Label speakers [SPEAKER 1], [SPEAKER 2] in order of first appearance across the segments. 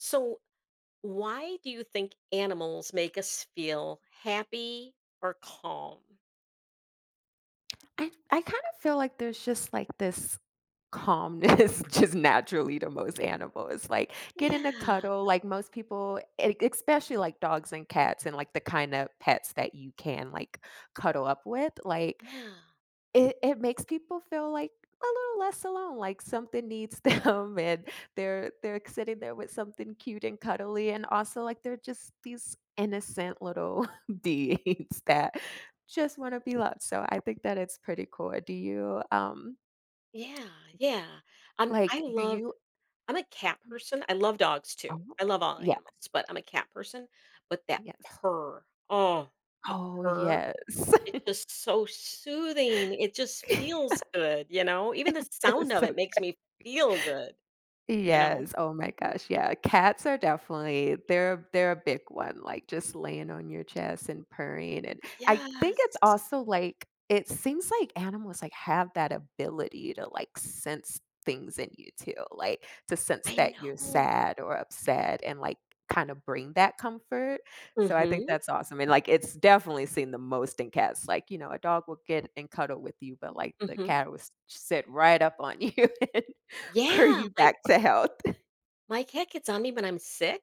[SPEAKER 1] So, why do you think animals make us feel happy or calm?
[SPEAKER 2] I kind of feel like there's just like this calmness just naturally to most animals. Like get in a
[SPEAKER 1] Yeah,
[SPEAKER 2] cuddle, like most people, especially like dogs and cats and like the kind of pets that you can like cuddle up with. Like
[SPEAKER 1] yeah,
[SPEAKER 2] it makes people feel like a little less alone, like something needs them and they're sitting there with something cute and cuddly, and also like they're just these innocent little beings that just want to be loved. So I think that it's pretty cool. Do you,
[SPEAKER 1] yeah, yeah. I
[SPEAKER 2] like, do
[SPEAKER 1] love.
[SPEAKER 2] you
[SPEAKER 1] I'm a cat person. I love dogs too. I
[SPEAKER 2] Oh,
[SPEAKER 1] love all
[SPEAKER 2] yeah,
[SPEAKER 1] animals, but I'm a cat person. But that
[SPEAKER 2] yes.
[SPEAKER 1] purr, oh, the
[SPEAKER 2] Oh,
[SPEAKER 1] purr,
[SPEAKER 2] yes.
[SPEAKER 1] it's just so soothing. It just feels good. Even the
[SPEAKER 2] It
[SPEAKER 1] sound
[SPEAKER 2] was
[SPEAKER 1] of
[SPEAKER 2] so
[SPEAKER 1] it makes me feel good, you know.
[SPEAKER 2] Yes, oh my gosh, yeah, cats are definitely they're a big one, like, just laying on your chest and purring. And I think
[SPEAKER 1] Yes,
[SPEAKER 2] it's also, like it seems like animals, like, have that ability to, like, sense things in you too, like, to sense
[SPEAKER 1] I
[SPEAKER 2] that you're
[SPEAKER 1] know.
[SPEAKER 2] sad or upset and, like, kinda bring that comfort, so I think
[SPEAKER 1] Mm-hmm.
[SPEAKER 2] that's awesome. And, like, it's definitely seen the most in cats, like, you know, a dog will get and cuddle with you, but, like, the cat will s sit right up on you. For
[SPEAKER 1] Yeah,
[SPEAKER 2] you
[SPEAKER 1] my
[SPEAKER 2] back to health.
[SPEAKER 1] my cat gets on me when I'm sick,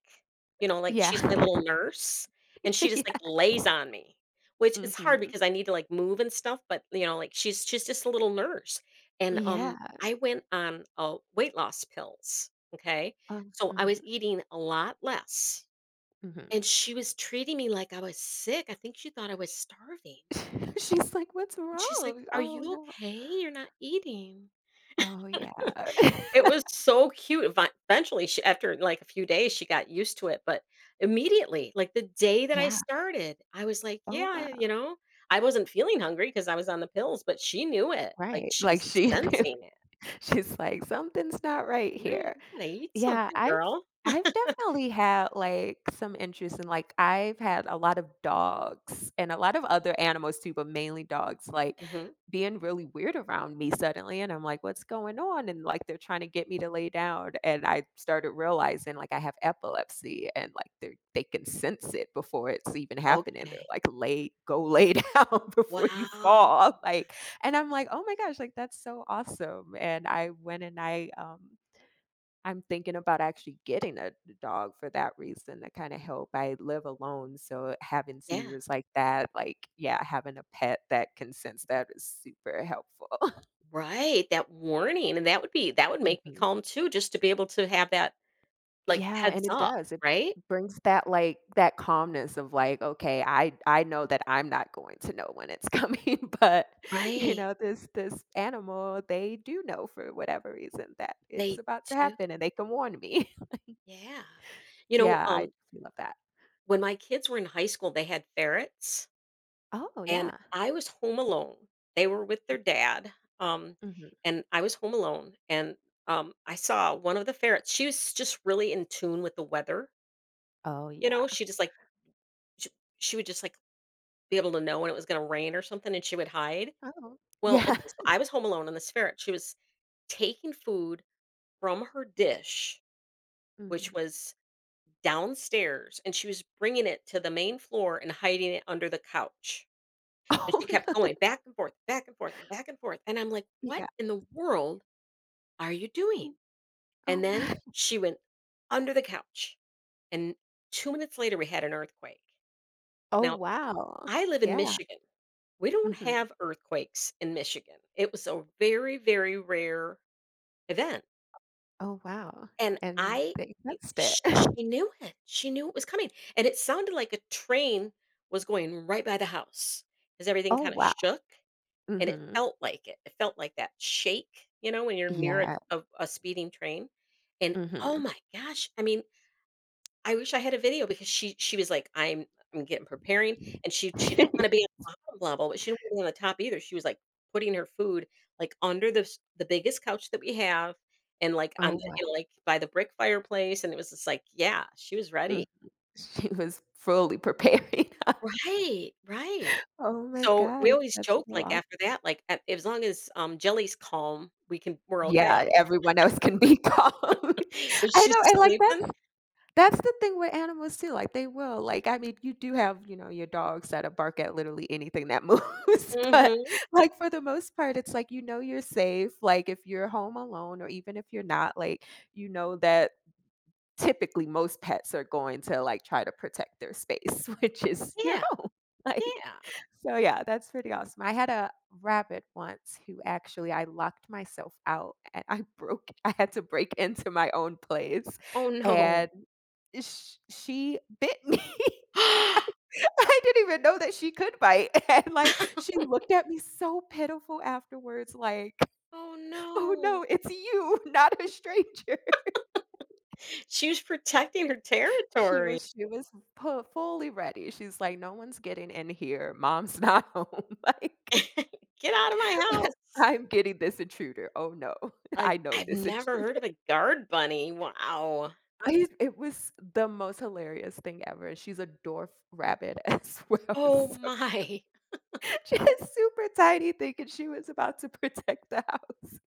[SPEAKER 1] you know, like, she's my
[SPEAKER 2] Yeah.
[SPEAKER 1] little nurse, and she just,
[SPEAKER 2] Yeah.
[SPEAKER 1] like, lays on me, which is hard
[SPEAKER 2] Mhm.
[SPEAKER 1] because I need to, like, move and stuff, but, you know, like, she's just a little nurse, and,
[SPEAKER 2] Yeah.
[SPEAKER 1] I went on, weight loss pills, okay?
[SPEAKER 2] Um,
[SPEAKER 1] So, I
[SPEAKER 2] mhm,
[SPEAKER 1] was eating a lot less, and
[SPEAKER 2] mhm.
[SPEAKER 1] she was treating me like I was sick, I think she thought I was starving,
[SPEAKER 2] She's like, "What's
[SPEAKER 1] and she's like,
[SPEAKER 2] wrong?
[SPEAKER 1] "Are
[SPEAKER 2] Oh,
[SPEAKER 1] you
[SPEAKER 2] no."
[SPEAKER 1] okay? You're not eating."
[SPEAKER 2] Oh, yeah.
[SPEAKER 1] It was so cute. Eventually, she after, like, a few days, she got used to it, but immediately, like, the day that I
[SPEAKER 2] Yeah.
[SPEAKER 1] started, I was like,
[SPEAKER 2] Oh,
[SPEAKER 1] "Yeah," you
[SPEAKER 2] wow.
[SPEAKER 1] know? I wasn't feeling hungry because I was on the pills, but she knew it. Like,
[SPEAKER 2] Right.
[SPEAKER 1] she
[SPEAKER 2] Like,
[SPEAKER 1] was
[SPEAKER 2] she knew.
[SPEAKER 1] sensing it.
[SPEAKER 2] She's like, "Something's not right
[SPEAKER 1] "Right,
[SPEAKER 2] here."
[SPEAKER 1] you gotta eat
[SPEAKER 2] Yeah,
[SPEAKER 1] something,
[SPEAKER 2] I've
[SPEAKER 1] girl."
[SPEAKER 2] I've definitely had, like, some interest in, like I've had a lot of dogs and a lot of other animals too, but mainly dogs, like,
[SPEAKER 1] Mhm.
[SPEAKER 2] being really weird around me suddenly, and I'm like, "What's going on?" And, like, they're trying to get me to lay down, and I started realizing, like, I have epilepsy and, like, they can sense it before it's even happening. They're
[SPEAKER 1] Okay.
[SPEAKER 2] like, "Lay go lay down before you
[SPEAKER 1] Wow.
[SPEAKER 2] fall," like, and I'm like, "Oh my gosh," like, that's so awesome. And I went and I, I'm thinking about actually getting a dog for that reason to kinda help. I live alone, so having
[SPEAKER 1] Yeah.
[SPEAKER 2] seizures like that, like yeah, having a pet that can sense that is super helpful.
[SPEAKER 1] Right, that warning, and that would be that would make me
[SPEAKER 2] Mhm.
[SPEAKER 1] calm too, just to be able to have that, like,
[SPEAKER 2] Yeah,
[SPEAKER 1] heads
[SPEAKER 2] and it
[SPEAKER 1] up,
[SPEAKER 2] does. It
[SPEAKER 1] right?
[SPEAKER 2] brings that, like that calmness of like, "Okay, I know that I'm not going to know when it's coming," but, you
[SPEAKER 1] Right.
[SPEAKER 2] know, this animal, they do know for whatever reason that it's
[SPEAKER 1] They
[SPEAKER 2] about to
[SPEAKER 1] do.
[SPEAKER 2] happen, and they can warn me.
[SPEAKER 1] Yeah. You
[SPEAKER 2] Yeah,
[SPEAKER 1] know,
[SPEAKER 2] I love that.
[SPEAKER 1] when my kids were in high school, they had ferrets,
[SPEAKER 2] Oh,
[SPEAKER 1] and
[SPEAKER 2] yeah.
[SPEAKER 1] I was home alone. They were with their dad, um,
[SPEAKER 2] Mhm.
[SPEAKER 1] and I was home alone, and, I saw one of the ferrets. She was just really in tune with the weather,
[SPEAKER 2] Oh,
[SPEAKER 1] you
[SPEAKER 2] yeah.
[SPEAKER 1] know, she just, like sh she would just, like, be able to know when it was gonna rain or something, and she would hide.
[SPEAKER 2] Oh.
[SPEAKER 1] Well,
[SPEAKER 2] Yeah.
[SPEAKER 1] okay, so I was home alone, and this ferret, she was taking food from her dish, which
[SPEAKER 2] Mhm.
[SPEAKER 1] was downstairs, and she was bringing it to the main floor and hiding it under the couch. And
[SPEAKER 2] Oh,
[SPEAKER 1] she kept
[SPEAKER 2] no.
[SPEAKER 1] going back and forth, and back and forth. And I'm like, what
[SPEAKER 2] Yeah.
[SPEAKER 1] in the world are you doing?
[SPEAKER 2] Oh,
[SPEAKER 1] And then
[SPEAKER 2] my.
[SPEAKER 1] she went under the couch. And 2 minutes later, we had an earthquake.
[SPEAKER 2] Oh,
[SPEAKER 1] Now,
[SPEAKER 2] wow.
[SPEAKER 1] I live in
[SPEAKER 2] Yeah.
[SPEAKER 1] Michigan. We don't
[SPEAKER 2] Mhm.
[SPEAKER 1] have earthquakes in Michigan. It was a very, very rare event.
[SPEAKER 2] Oh, wow.
[SPEAKER 1] And
[SPEAKER 2] And
[SPEAKER 1] I,
[SPEAKER 2] they missed it.
[SPEAKER 1] she knew it. She knew it was coming. And it sounded like a train was going right by the house because everything
[SPEAKER 2] Oh,
[SPEAKER 1] kind of
[SPEAKER 2] wow.
[SPEAKER 1] shook. And it
[SPEAKER 2] Mhm.
[SPEAKER 1] felt like it. It felt like that shake, you know, when you're near a
[SPEAKER 2] Yeah.
[SPEAKER 1] a a speeding train, and, oh
[SPEAKER 2] Mhm.
[SPEAKER 1] my gosh, I mean, I wish I had a video because she was like, "I'm getting preparing," and she didn't wanna be on the bottom level, but she didn't wanna be on the top either, she was, like, putting her food, like, under the biggest couch that we have and, like, on
[SPEAKER 2] Oh,
[SPEAKER 1] the
[SPEAKER 2] wow.
[SPEAKER 1] you know, like, by the brick fireplace, and it was just like, yeah, she was ready.
[SPEAKER 2] Mm. She was fully preparing.
[SPEAKER 1] Right, right.
[SPEAKER 2] Oh my
[SPEAKER 1] So, we
[SPEAKER 2] gosh,
[SPEAKER 1] always
[SPEAKER 2] that's
[SPEAKER 1] joke,
[SPEAKER 2] so
[SPEAKER 1] like,
[SPEAKER 2] awesome!
[SPEAKER 1] after that, like, a as long as, Jilly's calm, we're okay.
[SPEAKER 2] Yeah, everyone else can be calm.
[SPEAKER 1] If
[SPEAKER 2] I
[SPEAKER 1] she's
[SPEAKER 2] know, and, like,
[SPEAKER 1] sleeping
[SPEAKER 2] that's the thing with animals too, like, they will, like, I mean, you do have, you know, your dogs that'll bark at literally anything that moves, but,
[SPEAKER 1] Mhm.
[SPEAKER 2] like, for the most part, it's like, you know you're safe, like, if you're home alone or even if you're not, like, you know that typically most pets are going to, like, try to protect their space, which is your
[SPEAKER 1] Yeah,
[SPEAKER 2] home, like
[SPEAKER 1] yeah.
[SPEAKER 2] so yeah, that's pretty awesome. I had a rabbit once who actually I locked myself out, and I broke I had to break into my own place,
[SPEAKER 1] Oh, no.
[SPEAKER 2] and Sh she bit me. I didn't even know that she could bite, and, like, she looked at me so pitiful afterwards, like,
[SPEAKER 1] Oh,
[SPEAKER 2] "Oh
[SPEAKER 1] no.
[SPEAKER 2] no, it's you, not a stranger."
[SPEAKER 1] She was protecting her
[SPEAKER 2] She
[SPEAKER 1] territory.
[SPEAKER 2] was pu fully ready. She's like, "No one's getting in here. Mom's not home." Like,
[SPEAKER 1] "Get out of my house."
[SPEAKER 2] "I'm getting this intruder. Oh no,
[SPEAKER 1] Like,
[SPEAKER 2] I know
[SPEAKER 1] I've
[SPEAKER 2] this
[SPEAKER 1] never
[SPEAKER 2] intruder."
[SPEAKER 1] heard of a guard bunny. Wow.
[SPEAKER 2] I it was the most hilarious thing ever. She's a dwarf rabbit as well.
[SPEAKER 1] Oh,
[SPEAKER 2] So
[SPEAKER 1] my.
[SPEAKER 2] She was super tiny, thinking she was about to protect the house.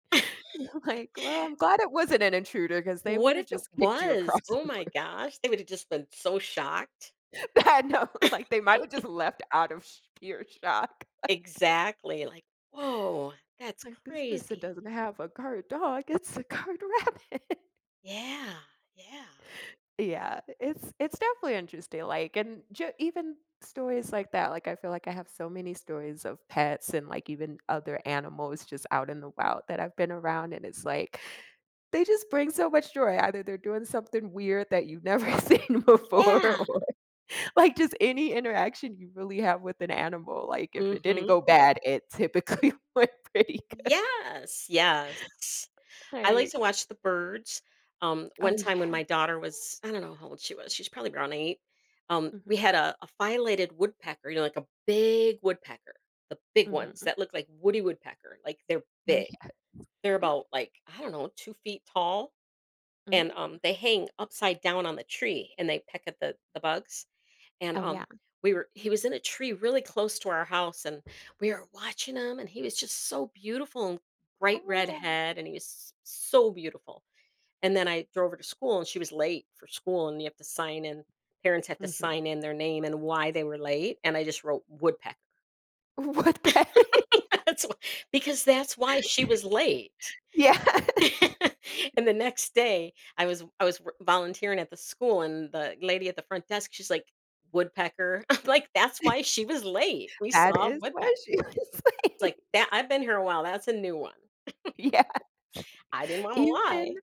[SPEAKER 2] And I'm like, "Well, I'm glad it wasn't an intruder because they
[SPEAKER 1] What
[SPEAKER 2] would've
[SPEAKER 1] if it
[SPEAKER 2] just kicked you
[SPEAKER 1] was?
[SPEAKER 2] across
[SPEAKER 1] Oh
[SPEAKER 2] the
[SPEAKER 1] my
[SPEAKER 2] room."
[SPEAKER 1] gosh. They would've just been so shocked.
[SPEAKER 2] I know, like, they might have just left out of sh pure shock.
[SPEAKER 1] Exactly, like, "Whoa, that's
[SPEAKER 2] Like, "This person
[SPEAKER 1] crazy."
[SPEAKER 2] doesn't have a guard dog, it's a guard rabbit."
[SPEAKER 1] Yeah, yeah,
[SPEAKER 2] Yeah, it's definitely interesting, like, and ju even stories like that, like, I feel like I have so many stories of pets and, like, even other animals just out in the wild that I've been around, and it's like they just bring so much joy. Either they're doing something weird that you've never seen before
[SPEAKER 1] yeah.
[SPEAKER 2] or, like, just any interaction you really have with an animal, like, if it didn't go
[SPEAKER 1] Mhm.
[SPEAKER 2] bad, it typically went pretty good.
[SPEAKER 1] Yes, yes. I like
[SPEAKER 2] Like
[SPEAKER 1] to watch the birds.
[SPEAKER 2] oh,
[SPEAKER 1] One time when
[SPEAKER 2] yeah.
[SPEAKER 1] my daughter was I don't know how old she was, she's probably around 8, we
[SPEAKER 2] Mhm,
[SPEAKER 1] had a phylated woodpecker, you know, like a big woodpecker, the big ones
[SPEAKER 2] mhm.
[SPEAKER 1] that look like Woody Woodpecker, like, they're
[SPEAKER 2] Oh,
[SPEAKER 1] big.
[SPEAKER 2] yeah.
[SPEAKER 1] They're about, like, I don't know, 2 feet tall, and,
[SPEAKER 2] Mm.
[SPEAKER 1] they hang upside down on the tree, and they peck at the bugs. and
[SPEAKER 2] Oh, yeah.
[SPEAKER 1] um we were he was in a tree really close to our house and we were watching him and he was just so beautiful and bright red
[SPEAKER 2] Oh.
[SPEAKER 1] head and he was so beautiful and then I drove her to school and she was late for school and you have to sign in parents have to
[SPEAKER 2] Mhm.
[SPEAKER 1] sign in their name and why they were late and I just wrote woodpecker.
[SPEAKER 2] What pet?
[SPEAKER 1] that's wh- because that's why she was late.
[SPEAKER 2] Yeah.
[SPEAKER 1] And the next day I was volunteering at the school and the lady at the front desk, she's like, woodpecker. I'm like, that's why she was late. We
[SPEAKER 2] That
[SPEAKER 1] saw a
[SPEAKER 2] is
[SPEAKER 1] woodpecker.
[SPEAKER 2] what she was
[SPEAKER 1] It's like
[SPEAKER 2] saying.
[SPEAKER 1] that I've been here a while. That's a new one.
[SPEAKER 2] Yes.
[SPEAKER 1] I didn't want to
[SPEAKER 2] Even
[SPEAKER 1] lie.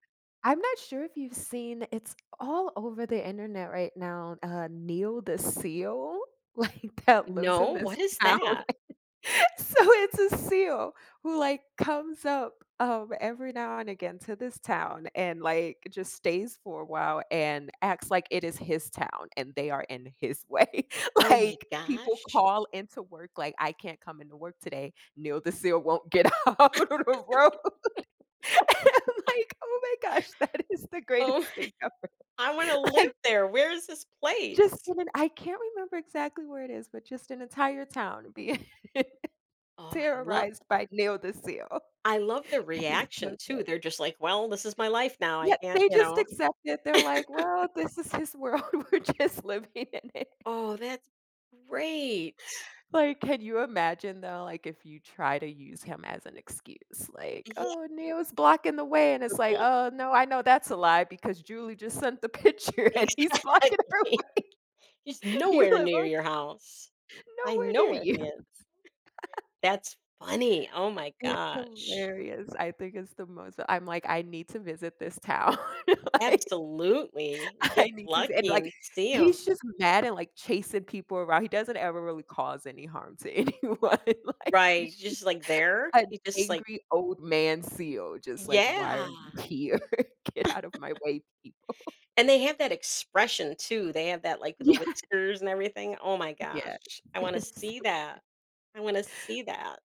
[SPEAKER 2] I'm not sure if you've seen it's all over the internet right now, Neil the seal, like, that lives in
[SPEAKER 1] No,
[SPEAKER 2] this
[SPEAKER 1] what is
[SPEAKER 2] town.
[SPEAKER 1] that?
[SPEAKER 2] So, it's a seal who, like, comes up, every now and again to this town and, like, just stays for a while and acts like it is his town and they are in his way.
[SPEAKER 1] Oh my
[SPEAKER 2] Like, people
[SPEAKER 1] gosh.
[SPEAKER 2] call into work, like, "I can't come into work today." Neil the seal won't get out on the road. And I'm like, "Oh my gosh, that is the
[SPEAKER 1] Oh,
[SPEAKER 2] greatest thing ever."
[SPEAKER 1] I want to live
[SPEAKER 2] Like,
[SPEAKER 1] there. Where is this place?
[SPEAKER 2] just in an I can't remember exactly where it is, but just an entire town being
[SPEAKER 1] Oh, I love
[SPEAKER 2] terrorized by Neil the Seal.
[SPEAKER 1] I love the
[SPEAKER 2] It's so
[SPEAKER 1] reaction too.
[SPEAKER 2] great.
[SPEAKER 1] They're just like, well, this is my life now. I
[SPEAKER 2] Yeah,
[SPEAKER 1] can't,
[SPEAKER 2] they
[SPEAKER 1] you
[SPEAKER 2] just
[SPEAKER 1] know.
[SPEAKER 2] accept it. They're like, "Well, this is his world. We're just living in it."
[SPEAKER 1] Oh, that's great.
[SPEAKER 2] Like, can you imagine, though, like, if you try to use him as an excuse? Like,
[SPEAKER 1] Yeah.
[SPEAKER 2] "Oh, Neil's blocking the way," and it's like, "Oh, no, I know that's a lie because Julie just sent the picture and he's
[SPEAKER 1] Exactly.
[SPEAKER 2] blocking her
[SPEAKER 1] He's
[SPEAKER 2] You
[SPEAKER 1] nowhere
[SPEAKER 2] live
[SPEAKER 1] near
[SPEAKER 2] on
[SPEAKER 1] your house. I
[SPEAKER 2] nowhere
[SPEAKER 1] know
[SPEAKER 2] near
[SPEAKER 1] where he
[SPEAKER 2] you.
[SPEAKER 1] is. That's funny. Oh my
[SPEAKER 2] It's
[SPEAKER 1] gosh.
[SPEAKER 2] hilarious. I think it's the most I'm like, "I need to visit this town." Like,
[SPEAKER 1] Absolutely.
[SPEAKER 2] I
[SPEAKER 1] Get
[SPEAKER 2] need to and,
[SPEAKER 1] lucky
[SPEAKER 2] like,
[SPEAKER 1] and see him.
[SPEAKER 2] he's just mad and, like, chasing people around. He doesn't ever really cause any harm to anyone. Like, he's
[SPEAKER 1] Right.
[SPEAKER 2] just
[SPEAKER 1] Just like there.
[SPEAKER 2] an
[SPEAKER 1] He just like,
[SPEAKER 2] angry old man seal, just like, "Why
[SPEAKER 1] yeah.
[SPEAKER 2] are you here? Get out of my way, people."
[SPEAKER 1] And they have that expression too. They have that like with the
[SPEAKER 2] Yeah.
[SPEAKER 1] whiskers and everything. Oh my gosh. I want to
[SPEAKER 2] Yes.
[SPEAKER 1] see that. I want to see that.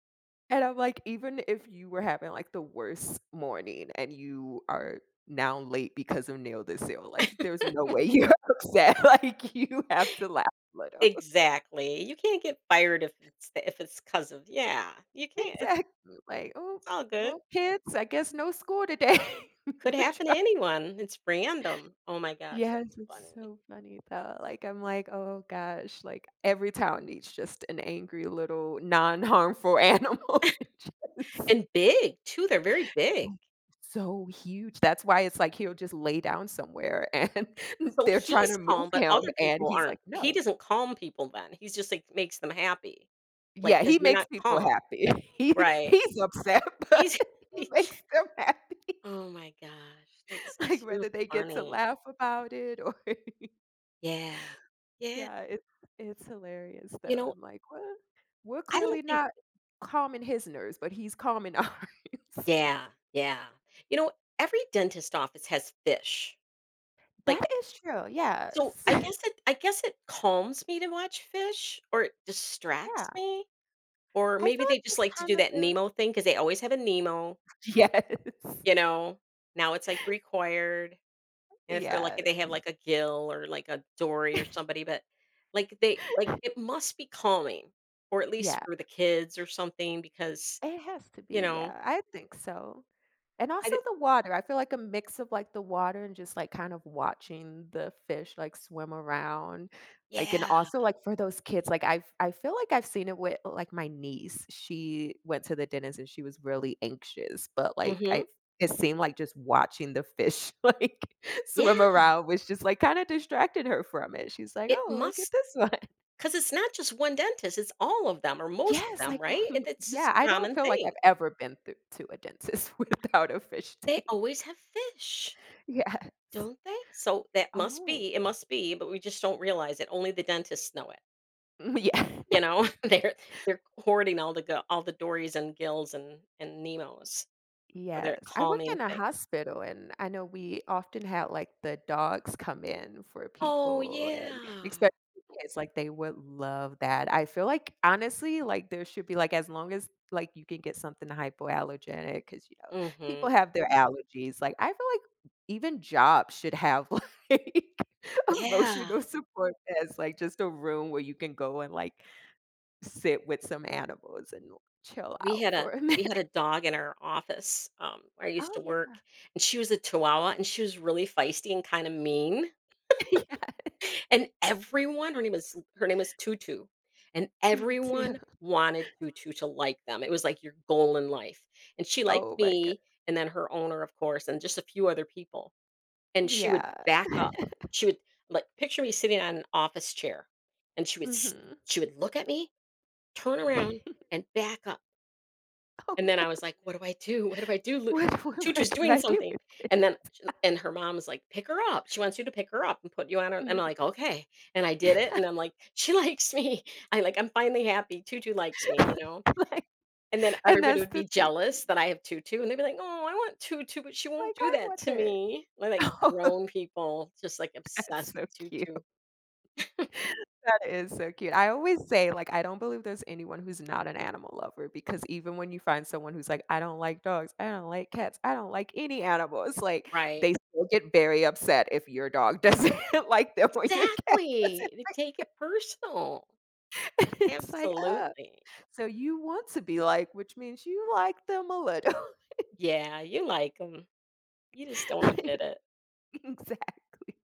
[SPEAKER 2] And I'm like, even if you were having like the worst morning and you are now late because of nail this sale, like there's no way you're upset. Like you have to laugh a little.
[SPEAKER 1] Exactly. You can't get fired if it's cuz of yeah. You can't.
[SPEAKER 2] Exactly. Like, oh,
[SPEAKER 1] It's all good.
[SPEAKER 2] well, kids, I guess no school today.
[SPEAKER 1] Could
[SPEAKER 2] We're
[SPEAKER 1] happen to
[SPEAKER 2] trying.
[SPEAKER 1] anyone. It's random. Oh my gosh,
[SPEAKER 2] Yes,
[SPEAKER 1] that's
[SPEAKER 2] it's
[SPEAKER 1] funny.
[SPEAKER 2] so funny though. Like I'm like, oh gosh, like every town needs just an angry little non-harmful animal. Just
[SPEAKER 1] And big too, they're very big.
[SPEAKER 2] so huge. That's why it's like he'll just lay down somewhere and
[SPEAKER 1] So
[SPEAKER 2] they're trying to
[SPEAKER 1] he's
[SPEAKER 2] move
[SPEAKER 1] calm, but
[SPEAKER 2] him,
[SPEAKER 1] other
[SPEAKER 2] and
[SPEAKER 1] people
[SPEAKER 2] he's
[SPEAKER 1] aren't.
[SPEAKER 2] like,
[SPEAKER 1] He
[SPEAKER 2] "No."
[SPEAKER 1] doesn't calm people then. He's just like makes them happy. Like
[SPEAKER 2] Yeah,
[SPEAKER 1] because
[SPEAKER 2] he
[SPEAKER 1] 'cause you're
[SPEAKER 2] makes
[SPEAKER 1] not
[SPEAKER 2] people
[SPEAKER 1] calm.
[SPEAKER 2] happy. He
[SPEAKER 1] Right.
[SPEAKER 2] he's upset,
[SPEAKER 1] He's
[SPEAKER 2] but he makes them happy,
[SPEAKER 1] Oh my gosh, that's
[SPEAKER 2] like,
[SPEAKER 1] too
[SPEAKER 2] whether they get to
[SPEAKER 1] funny.
[SPEAKER 2] laugh about it or
[SPEAKER 1] Yeah. Yeah.
[SPEAKER 2] Yeah, it's hilarious,
[SPEAKER 1] You
[SPEAKER 2] though.
[SPEAKER 1] know,
[SPEAKER 2] I'm like, "Well, we're
[SPEAKER 1] I
[SPEAKER 2] clearly
[SPEAKER 1] don't think
[SPEAKER 2] not calming his nerves, but he's calming ours."
[SPEAKER 1] Yeah, yeah. You know, every dentist office has fish.
[SPEAKER 2] That
[SPEAKER 1] Like
[SPEAKER 2] is true,
[SPEAKER 1] so,
[SPEAKER 2] yes.
[SPEAKER 1] I guess it calms me to watch fish, or it
[SPEAKER 2] Yeah.
[SPEAKER 1] distracts me, or
[SPEAKER 2] I
[SPEAKER 1] maybe
[SPEAKER 2] feel
[SPEAKER 1] they
[SPEAKER 2] like
[SPEAKER 1] just
[SPEAKER 2] just
[SPEAKER 1] like to
[SPEAKER 2] kind
[SPEAKER 1] do
[SPEAKER 2] of
[SPEAKER 1] that
[SPEAKER 2] the
[SPEAKER 1] Nemo thing because they always have a Nemo,
[SPEAKER 2] Yes.
[SPEAKER 1] you know? Now it's, like, required, and if they're lucky,
[SPEAKER 2] Yeah.
[SPEAKER 1] they have, like, a Gill or, like, a Dory or somebody, but, like, they like, it must be calming, or at least
[SPEAKER 2] Yeah,
[SPEAKER 1] for the kids or something because,
[SPEAKER 2] it has to
[SPEAKER 1] you
[SPEAKER 2] be,
[SPEAKER 1] know,
[SPEAKER 2] yeah, I think so, and
[SPEAKER 1] I
[SPEAKER 2] also
[SPEAKER 1] di
[SPEAKER 2] the water, I feel like a mix of, like, the water and just, like, kind of watching the fish, like, swim around, like, and
[SPEAKER 1] yeah.
[SPEAKER 2] also, like, for those kids, like, I feel like I've seen it with, like, my niece, she went to the dentist and she was really anxious, but, like, I
[SPEAKER 1] Mhm.
[SPEAKER 2] it seemed like just watching the fish, like,
[SPEAKER 1] Yeah,
[SPEAKER 2] swim around was just, like, kinda distracted her from it, she's like,
[SPEAKER 1] it
[SPEAKER 2] "Oh, look at
[SPEAKER 1] must,
[SPEAKER 2] this one."
[SPEAKER 1] because it's not just one dentist, it's all of them or most of
[SPEAKER 2] Yes,
[SPEAKER 1] them,
[SPEAKER 2] like,
[SPEAKER 1] right? It's just
[SPEAKER 2] yeah, I
[SPEAKER 1] a
[SPEAKER 2] don't
[SPEAKER 1] common
[SPEAKER 2] feel like I've
[SPEAKER 1] thing.
[SPEAKER 2] ever been through to a dentist without a fish
[SPEAKER 1] They
[SPEAKER 2] tank.
[SPEAKER 1] always have fish,
[SPEAKER 2] Yes.
[SPEAKER 1] don't they? So that must be it
[SPEAKER 2] always.
[SPEAKER 1] must be, but we just don't realize it. Only the dentists know it,
[SPEAKER 2] yeah.
[SPEAKER 1] you know? They're hoarding all the go all the Dories and Gills and Nemos for their
[SPEAKER 2] Yes, I worked
[SPEAKER 1] calming
[SPEAKER 2] in a
[SPEAKER 1] thing.
[SPEAKER 2] hospital, and I know we often had, like, the dogs come in for
[SPEAKER 1] Oh,
[SPEAKER 2] people and
[SPEAKER 1] yeah.
[SPEAKER 2] especially kids, like, they would love that. I feel like, honestly, like, there should be, like, as long as, like, you can get something hypoallergenic because you know, people
[SPEAKER 1] Mhm.
[SPEAKER 2] have their allergies, like, I feel like even jobs should have, like,
[SPEAKER 1] Yeah.
[SPEAKER 2] emotional support as, like, just a room where you can go and, like, sit with some animals and chill
[SPEAKER 1] We
[SPEAKER 2] out
[SPEAKER 1] had a
[SPEAKER 2] for a
[SPEAKER 1] we
[SPEAKER 2] minute.
[SPEAKER 1] had a dog in our office, where I used to
[SPEAKER 2] Oh, yeah.
[SPEAKER 1] work, and she was a Chihuahua, and she was really feisty and kinda mean.
[SPEAKER 2] Yeah.
[SPEAKER 1] And everyone her name is Tutu, and
[SPEAKER 2] 2, 2.
[SPEAKER 1] everyone wanted Tutu to like them. It was like your goal in life. And she liked
[SPEAKER 2] Oh my god.
[SPEAKER 1] me, and then her owner, of course, and just a few other people. And she would
[SPEAKER 2] Yeah.
[SPEAKER 1] back up. She would like picture me sitting on an office chair, and she would s
[SPEAKER 2] Mhm.
[SPEAKER 1] she would look at me, turn around, and back up.
[SPEAKER 2] Oh
[SPEAKER 1] And then I
[SPEAKER 2] no.
[SPEAKER 1] was like, "What do I do? What do I do? Lu
[SPEAKER 2] What what I
[SPEAKER 1] Tutu's doing
[SPEAKER 2] do? I do
[SPEAKER 1] something." And then sh and her mom was like, "Pick her up. She wants you to pick her up and put you on her," and I'm
[SPEAKER 2] it.
[SPEAKER 1] like, "Okay." And I did it,
[SPEAKER 2] Mhm.
[SPEAKER 1] and I'm like, "She likes me." I like, I'm finally happy. Tutu likes me, you know?
[SPEAKER 2] Like,
[SPEAKER 1] And then
[SPEAKER 2] and
[SPEAKER 1] everybody
[SPEAKER 2] that's
[SPEAKER 1] would
[SPEAKER 2] the
[SPEAKER 1] be
[SPEAKER 2] thing.
[SPEAKER 1] jealous that I have Tutu, and they'd be like, "Oh, I want Tutu, but she won't
[SPEAKER 2] Like,
[SPEAKER 1] do
[SPEAKER 2] I
[SPEAKER 1] that
[SPEAKER 2] want
[SPEAKER 1] to
[SPEAKER 2] her.
[SPEAKER 1] me." We like
[SPEAKER 2] Oh,
[SPEAKER 1] grown people just, like,
[SPEAKER 2] that's
[SPEAKER 1] obsessed with
[SPEAKER 2] so cute.
[SPEAKER 1] Tutu.
[SPEAKER 2] That is so cute. I always say, like, I don't believe there's anyone who's not an animal lover because even when you find someone who's like, "I don't like dogs, I don't like cats, I don't like any animal," it's like
[SPEAKER 1] Right.
[SPEAKER 2] they still get very upset if your dog doesn't like them or your cat doesn't.
[SPEAKER 1] Exactly. They take it personal.
[SPEAKER 2] It's like, ah.
[SPEAKER 1] Absolutely.
[SPEAKER 2] So you want to be like, which means you like them a little.
[SPEAKER 1] Yeah, you like them. You just don't
[SPEAKER 2] Like,
[SPEAKER 1] admit it.
[SPEAKER 2] exactly.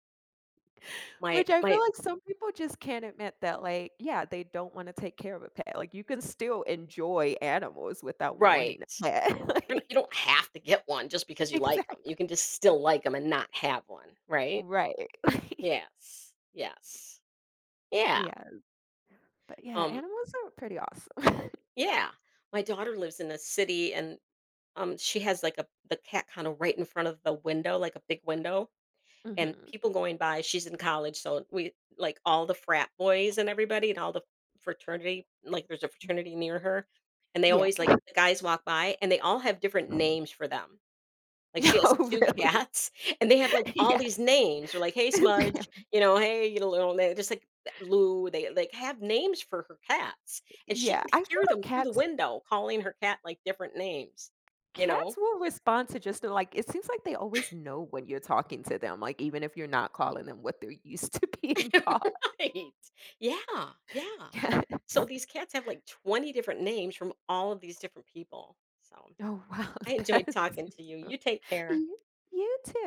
[SPEAKER 1] My
[SPEAKER 2] Which I feel
[SPEAKER 1] my
[SPEAKER 2] like some people just can't admit that, like, yeah, they don't wanna take care of a pet. Like, you can still enjoy animals without
[SPEAKER 1] right.
[SPEAKER 2] wanting a pet.
[SPEAKER 1] You're not
[SPEAKER 2] Like
[SPEAKER 1] you don't have to get one just because you like them.
[SPEAKER 2] exactly.
[SPEAKER 1] You can just still like them and not have one, right?
[SPEAKER 2] Right. Like,
[SPEAKER 1] Yes. Yes. Yeah.
[SPEAKER 2] yeah. But yeah,
[SPEAKER 1] Um,
[SPEAKER 2] animals are pretty awesome.
[SPEAKER 1] yeah. My daughter lives in a city and, she has, like, a the cat kinda right in front of the window, like a big window. And
[SPEAKER 2] Mhm.
[SPEAKER 1] people going by she's in college so we like all the frat boys and everybody and all the fraternity like there's a fraternity near her and they
[SPEAKER 2] Yeah.
[SPEAKER 1] always like the guys walk by and they all have different names for them, like she has
[SPEAKER 2] Oh,
[SPEAKER 1] two
[SPEAKER 2] really?
[SPEAKER 1] cats. And they have like all
[SPEAKER 2] Yeah.
[SPEAKER 1] these names or like hey
[SPEAKER 2] Yeah.
[SPEAKER 1] Smudge you know hey you know just like Lou, they like have names for her cats and she
[SPEAKER 2] Yeah.
[SPEAKER 1] could
[SPEAKER 2] I feel
[SPEAKER 1] hear them
[SPEAKER 2] like
[SPEAKER 1] through the
[SPEAKER 2] cats
[SPEAKER 1] window calling her cat like different names, you know.
[SPEAKER 2] cats will respond to just like it seems like they always know when you're talking to them, like even if you're not calling them what they're used to being called.
[SPEAKER 1] Right. Yeah, yeah.
[SPEAKER 2] Yes.
[SPEAKER 1] So these cats have like 20 different names from all of these different people. So
[SPEAKER 2] Oh wow,
[SPEAKER 1] I enjoyed
[SPEAKER 2] that's
[SPEAKER 1] talking to you.
[SPEAKER 2] super.
[SPEAKER 1] You take care.
[SPEAKER 2] You you too.